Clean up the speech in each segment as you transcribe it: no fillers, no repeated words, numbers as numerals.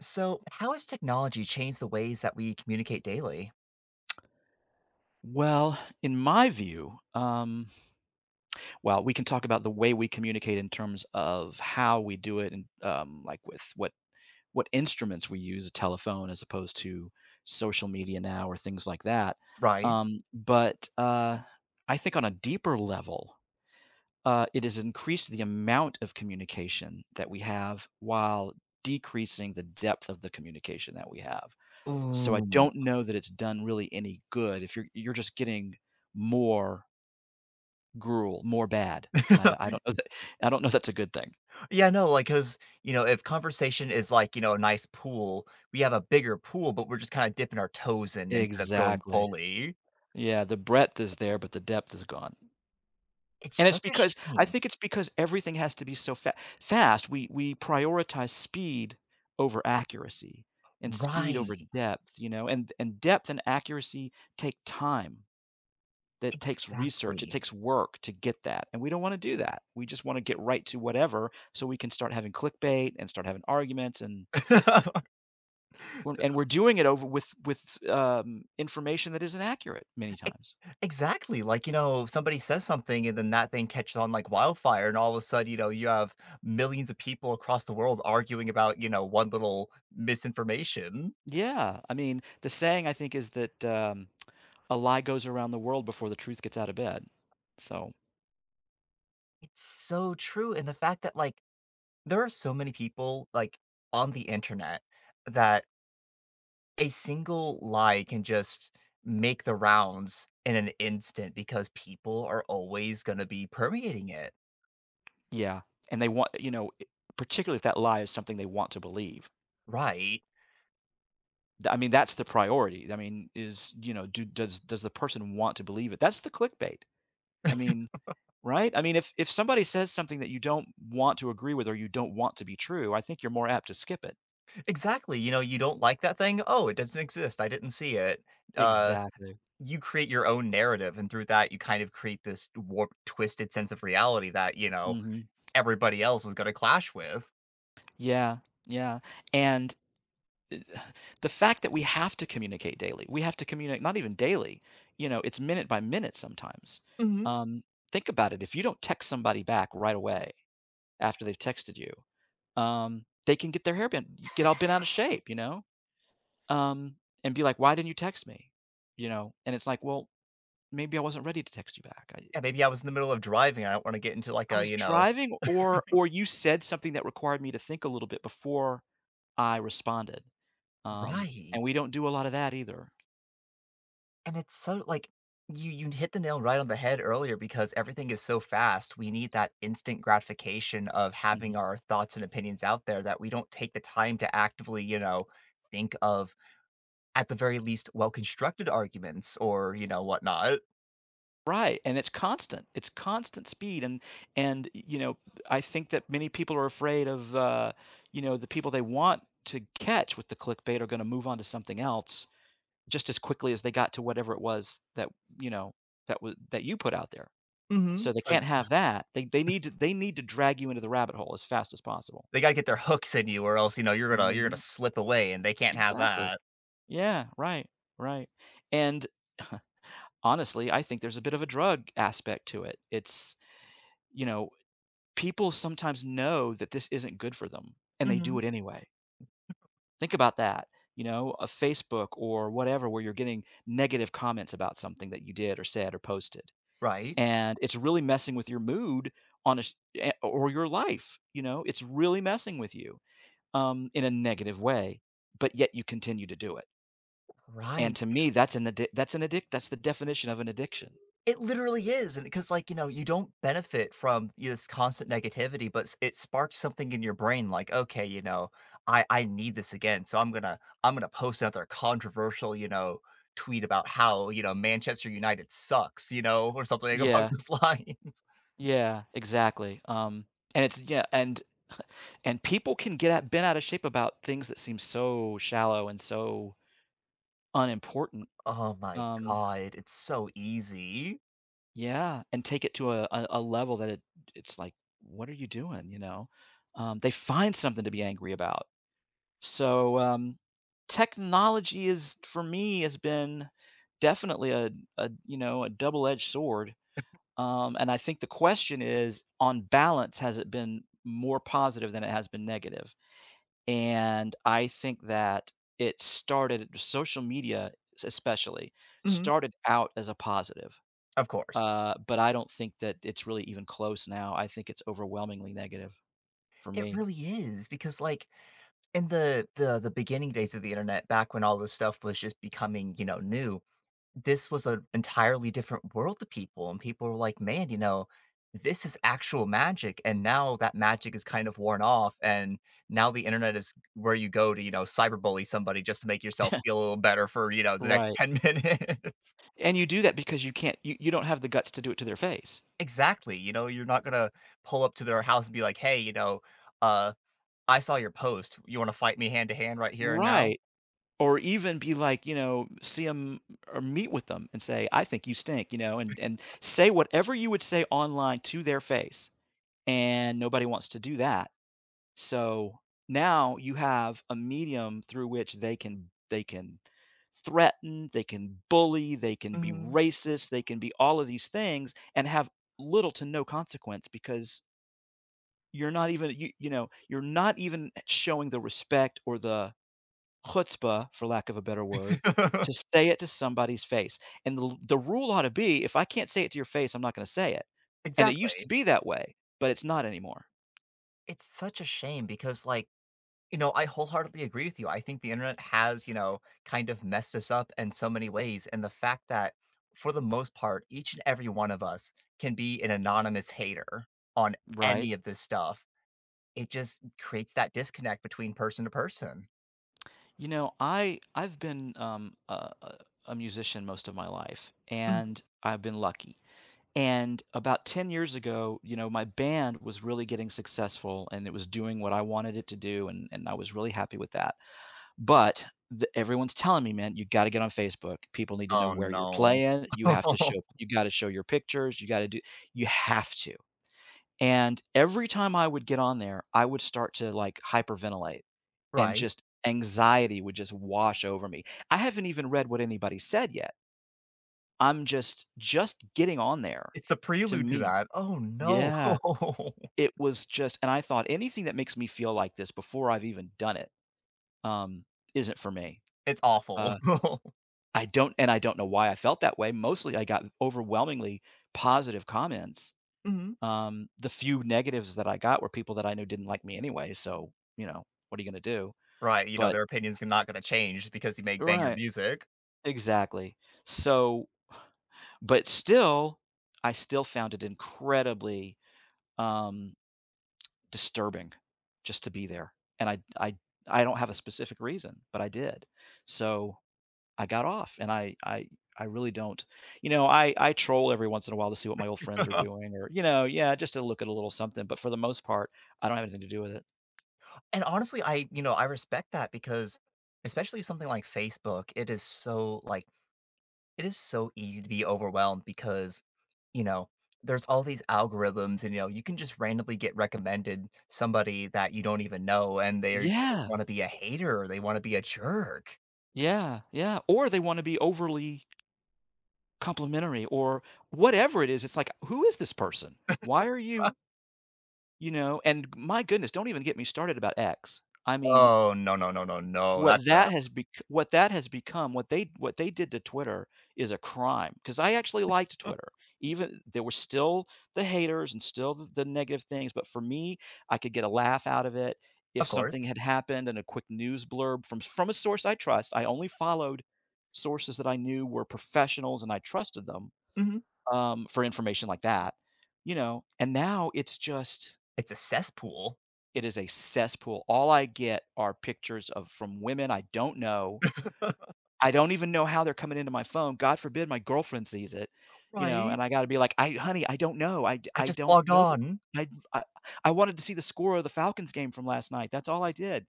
So, how has technology changed the ways that we communicate daily? Well, in my view, well, we can talk about the way we communicate in terms of how we do it, and like with what instruments we use, a telephone as opposed to social media now or things like that. Right? But I think on a deeper level, it has increased the amount of communication that we have while decreasing the depth of the communication that we have. So I Ooh. don't know that it's done really any good if you're just getting more Gruel, more bad, and I don't know that I don't know that's a good thing. Yeah, no, like, cause if conversation is like, a nice pool, we have a bigger pool, but we're just kinda dipping our toes in instead of going Exactly. fully. Yeah, the breadth is there, but the depth is gone. It's And it's such a because I shame. think it's because everything has to be so fa fast. We prioritize speed over accuracy and speed over Right, depth, you know, and depth and accuracy take time. That takes research. It exactly. takes work to get that, and we don't wanna do that. We just wanna get right to whatever so we can start having clickbait and start having arguments and and we're doing it over with with information that isn't accurate many E times. exactly, like, somebody says something and then that thing catches on like wildfire, and all of a sudden, you have millions of people across the world arguing about, one little misinformation. Yeah, I mean, the saying I think is that a lie goes around the world before the truth gets out of bed. So It's so true, and the fact that, like, there are so many people, like, on the internet that a single lie can just make the rounds in an instant because people are always gonna be permeating it, yeah, and they want you know, particularly if that lie is something they want to believe. right? I mean, that's the priority. I mean, is you know, do does the person want to believe it? That's the clickbait. I mean, right? I mean, if somebody says something that you don't want to agree with or you don't want to be true, I think you're more apt to skip it. Exactly, you know, you don't like that thing? "Oh, it doesn't exist, I didn't see it." Uh, Exactly. you create your own narrative, and through that, you kind of create this warped, twisted sense of reality that, Mhm. everybody else is gonna clash with. Yeah, yeah, and I the fact that we have to communicate daily, we have to communicate not even daily, you know, it's minute by minute sometimes. Mhm. Um, think about it, if you don't text somebody back right away after they've texted you, they can get their hair bent get all bent out of shape, you know, um, and be like, "Why didn't you text me?" You know, and it's like, "Well, maybe I wasn't ready to text you back. Yeah, maybe I was in the middle of driving, I don't wanna get into, like, I a, was you know. driving or you said something that required me to think a little bit before I responded." Um, and Right, we don't do a lot of that either. and it's so like, you hit the nail right on the head earlier because everything is so fast, we need that instant gratification of having Mhm. our thoughts and opinions out there that we don't take the time to actively, think of at the very least, well-constructed arguments or, whatnot. Right, and it's constant. It's constant speed, and y you know, I think that many people are afraid of, you know, the people they want to catch with the clickbait are gonna move on to something else just as quickly as they got to whatever it was that, you know, that was that you put out there. Mhm. So they So can't y have that. They need to drag you into the rabbit hole as fast as possible. They gotta get their hooks in you or else, you're gonna Mhm. slip away and they can't have Exactly. that. Yeah, right, right, and honestly, I think there's a bit of a drug aspect to it. It's, you know, people sometimes know that this isn't good for them and they do Mhm. it anyway. Think about that. You know, a Facebook or whatever where you're getting negative comments about something that you did or said or posted. Right? And it's really messing with your mood on a sh- eh, or your life, you know, it's really messing with you in a negative way, but yet you continue to do it. And Right. to me, that's an addict that's the definition of an addiction. It literally is, and because like, you don't benefit from y this constant negativity, but s it sparks something in your brain like, "Okay, you know, I need this again, so I'm gonna post another controversial, you know, tweet about how, you know, Manchester United sucks," you know, or something along Yeah. those lines. Yeah, exactly. And it's yeah, and people can get out bent out of shape about things that seem so shallow and so unimportant. Oh my Um, god, it's so easy. yeah, and take it to a level that it's like, what are you doing? You know, they find something to be angry about. So technology is for me has been definitely a you know a double-edged sword. And I think the question is, on balance, has it been more positive than it has been negative? And I think that it started social media s especially, Mhm, started out as a positive, of course. But I don't think that it's really even close now. I think it's overwhelmingly negative for It me. really is because like in the beginning days of the internet, back when all this stuff was just becoming, you know, new, this was an entirely different world to people and people were like, "Man, you know, this is actual magic." And now that magic is kind of worn off and now the internet is where you go to, you know, cyberbully somebody just to make yourself feel a little better for, you know, the next Right, 10 minutes. and you do that because you can't you you don't have the guts to do it to their face. Exactly, you know, you're not gonna pull up to their house and be like, "Hey, you know, uh, I saw your post. You wanna fight me hand to hand right here and now?" Right, or even be like, you know, see them or meet with them and say, "I think you stink," you know, and say whatever you would say online to their face, and nobody wants to do that. So now you have a medium through which they can threaten, they can bully, they can be Mhm. racist, they can be all of these things and have little to no consequence because you're not even you, you know, you're not even showing the respect or the chutzpah, for lack of a better word, to say it to somebody's face. And the rule ought to be if I can't say it to your face, I'm not going to say it. And it used Exactly. to be that way, but it's not anymore, It's such a shame because, like, you know, I wholeheartedly agree with you. I think the internet has, you know, kind of messed us up in so many ways, and the fact that for the most part, each and every one of us can be an anonymous hater on right? any of this stuff. It just creates that disconnect between person to person. You know, I I've been a, a musician most of my life, Mhm. and I've been lucky. And about 10 years ago, you know, my band was really getting successful and it was doing what I wanted it to do. And I was really happy with that. But the, everyone's telling me, man, you got to get on Facebook. People need to know "Oh, where you're no." playing. You have to show, you got to show your pictures. You got to do, you have to. And every time I would get on there, I would start to, like, hyperventilate and Right? just anxiety would just wash over me. I haven't even read what anybody said yet. I'm just getting on there It's a to prelude to me that. "Oh, no." yeah, it was just and I thought anything that makes me feel like this before I've even done it, um, isn't for me. It's awful. Uh, I don't and I don't know why I felt that way. Mostly I got overwhelmingly positive comments. Mhm. The few negatives that I got were people that I knew didn't like me anyway, so, you know, what are you gonna do? Right, you know, But their opinion's not gonna change because you make banger right, music. exactly. So but still, I still found it incredibly, um, disturbing just to be there, and I don't have a specific reason, but I did. So, I got off, and I really don't you know, I troll every once in a while to see what my old friends are doing or, you know, yeah, just to look at a little something, but for the most part, I don't have anything to do with it. And honestly, I you know, I respect that because especially something like Facebook, it is so, like, it is so easy to be overwhelmed because, you know, there's all these algorithms and, you know, you can just randomly get recommended somebody that you don't even know and they just Yeah. wanna be a hater or they wanna be a jerk. Yeah, yeah, or they wanna be overly complimentary or whatever it is, it's like, "Who is this person? Why are you" you know? And my goodness, don't even get me started about X. I mean Oh, no, no, no, no, no, that's a what that has become, what they did to Twitter is a crime because I actually liked Twitter. Even there were still the haters and still the negative things, but for me, I could get a laugh out of it. If of something course. had happened and a quick news blurb from a source I trust, I only followed sources that I knew were professionals and I trusted them, Mhm. For information like that, you know? And now it's just It's a cesspool. it is a cesspool. All I get are pictures of from women I don't know I don't even know how they're coming into my phone. God forbid my girlfriend sees it, you know, Right? and I gotta be like, "I honey, I don't know. I I just don't logged know that on. I I I wanted to see the score of the Falcons game from last night. That's all I did."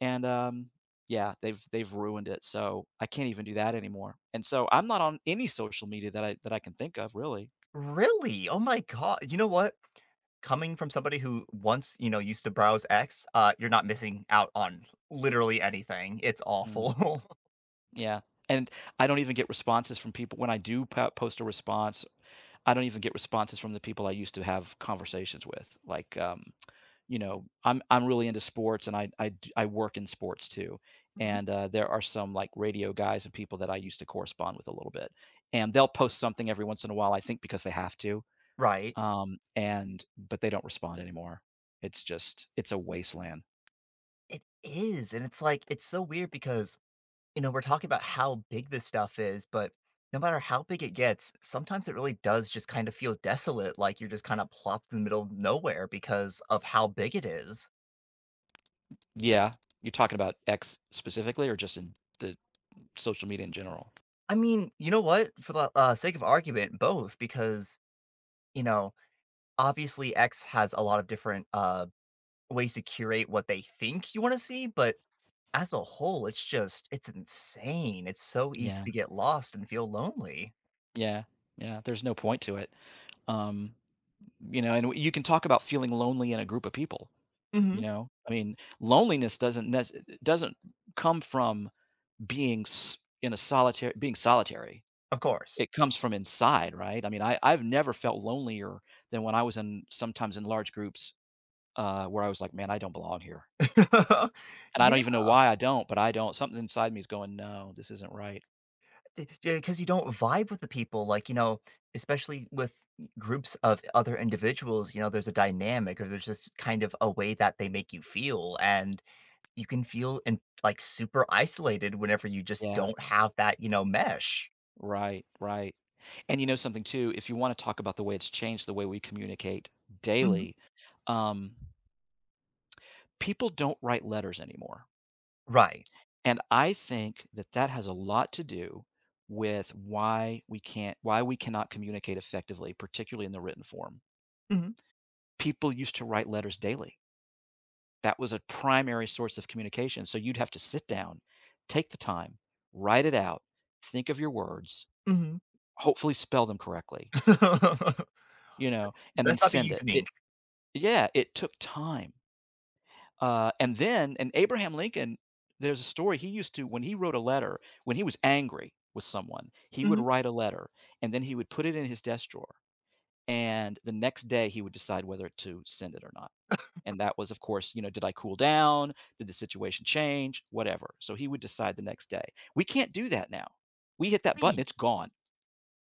And, yeah, they've ruined it, so I can't even do that anymore. And so I'm not on any social media that I can think of, really. Really? Oh my god. You know what? Coming from somebody who once, you know, used to browse X, you're not missing out on literally anything. It's Mm, awful. yeah, and I don't even get responses from people when I do po post a response, I don't even get responses from the people I used to have conversations with, like, you know, I'm really into sports and I work in sports too. Mhm. And there are some like radio guys and people that I used to correspond with a little bit, and they'll post something every once in a while. I think because they have to, Right. And but they don't respond anymore. It's just it's a wasteland. It is, and it's like it's so weird because, you know, we're talking about how big this stuff is, but no matter how big it gets, sometimes it really does just kind of feel desolate, like you're just kind of plopped in the middle of nowhere because of how big it is. Yeah, you're talking about X specifically, or just in the social media in general? I mean, you know what? For the sake of argument, both because, you know, obviously X has a lot of different ways to curate what they think you want to see, but as a whole, it's just, it's insane. It's so easy Yeah, to get lost and feel lonely. yeah, yeah. There's no point to it. Um, You know, and you can talk about feeling lonely in a group of people, you Hmm. know? I mean, loneliness doesn't come from being s in a solitary being solitary. Of course. It comes from inside, right? I mean, I've never felt lonelier than when I was in sometimes in large groups, where I was like, "Man, I don't belong here." And I Yeah, don't even know why I don't, but I don't. Something inside me is going, "No, this isn't right." because you don't vibe with the people, like, you know, especially with groups of other individuals, you know, there's a dynamic or there's just kind of a way that they make you feel. And you can feel in, like super isolated whenever you just Yeah. don't have that, you know, mesh. Right, right. And you know something too, if you wanna talk about the way it's changed the way we communicate Mhm. daily, um people don't write letters anymore. Right. And I think that that has a lot to do with why we cannot communicate effectively, particularly in the written form. Mhm, People used to write letters daily. That was a primary source of communication. So you'd have to sit down, take the time, write it out, think of your words, mhm. hopefully spell them correctly, you know, and then Best not be send it. using It, ink. Yeah, it took time. And then and Abraham Lincoln, there's a story he used to when he wrote a letter, when he was angry with someone, he would Mhm. write a letter and then he would put it in his desk drawer. And the next day he would decide whether to send it or not. And that was, of course, you know, did I cool down? Did the situation change? Whatever. So he would decide the next day. We can't do that now. We hit that button, Please. it's gone.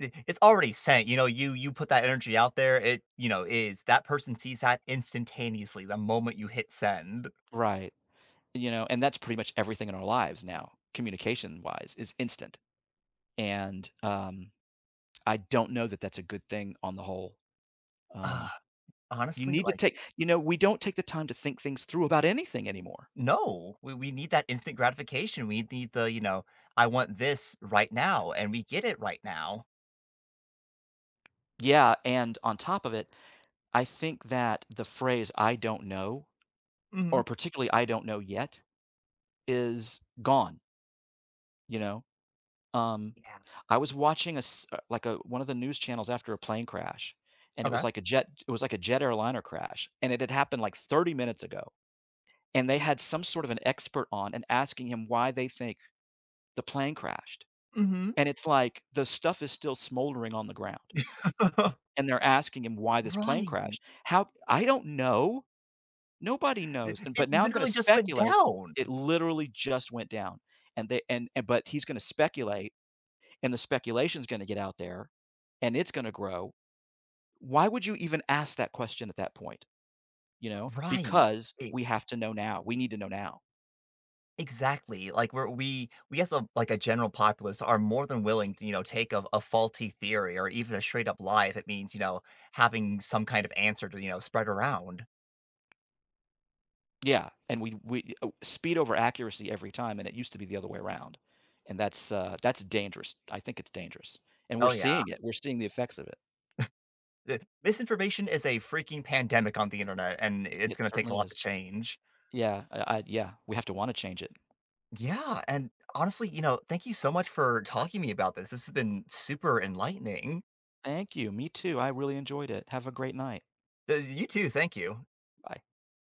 I It's already sent, you know, you put that energy out there, it, you know, is that person sees that instantaneously the moment you hit send. Right. You know, and that's pretty much everything in our lives now, communication wise, is instant. And I don't know that that's a good thing on the whole. Uh, Um, you honestly, need to like, we don't take the time to think things through about anything anymore. no. We need that instant gratification. We need the, you know, "I want this right now," and we get it right now. Yeah, and on top of it, I think that the phrase "I don't know," or Mhm. particularly "I don't know yet," is gone, you know? Um, Yeah. I was watching a s like, a one of the news channels after a plane crash, and it Okay. was like a jet it was like a jet airliner crash, and it had happened, like, 30 minutes ago, and they had some sort of an expert on and asking him why they think the plane crashed. Mhm. And it's like the stuff is still smoldering on the ground, and they're asking him why this plane Right. crashed. How I don't know. Nobody It knows. And it but now I'm gonna literally just went speculate. down. It literally just went down. And they and but he's gonna speculate, and the speculation's gonna get out there, and it's gonna grow. Why would you even ask that question at that point? You know? Right. Because E we have to know now. We need to know now. exactly. Like, we as a like, a general populace are more than willing to, you know, take a faulty theory or even a straight up lie if it means, you know, having some kind of answer to, you know, spread around. Yeah, and we speed over accuracy every time, and it used to be the other way around, and that's dangerous. I think it's dangerous, and we're Oh, yeah. seeing it. We're seeing the effects of it. Eh, misinformation is a freaking pandemic on the internet, and it's It gonna take a certainly lot is. to change. Yeah, we have to wanna change it. Yeah, and honestly, you know, thank you so much for talking to me about this. This has been super enlightening. Thank you, me too, I really enjoyed it. Have a great night. You too, thank you. Bye.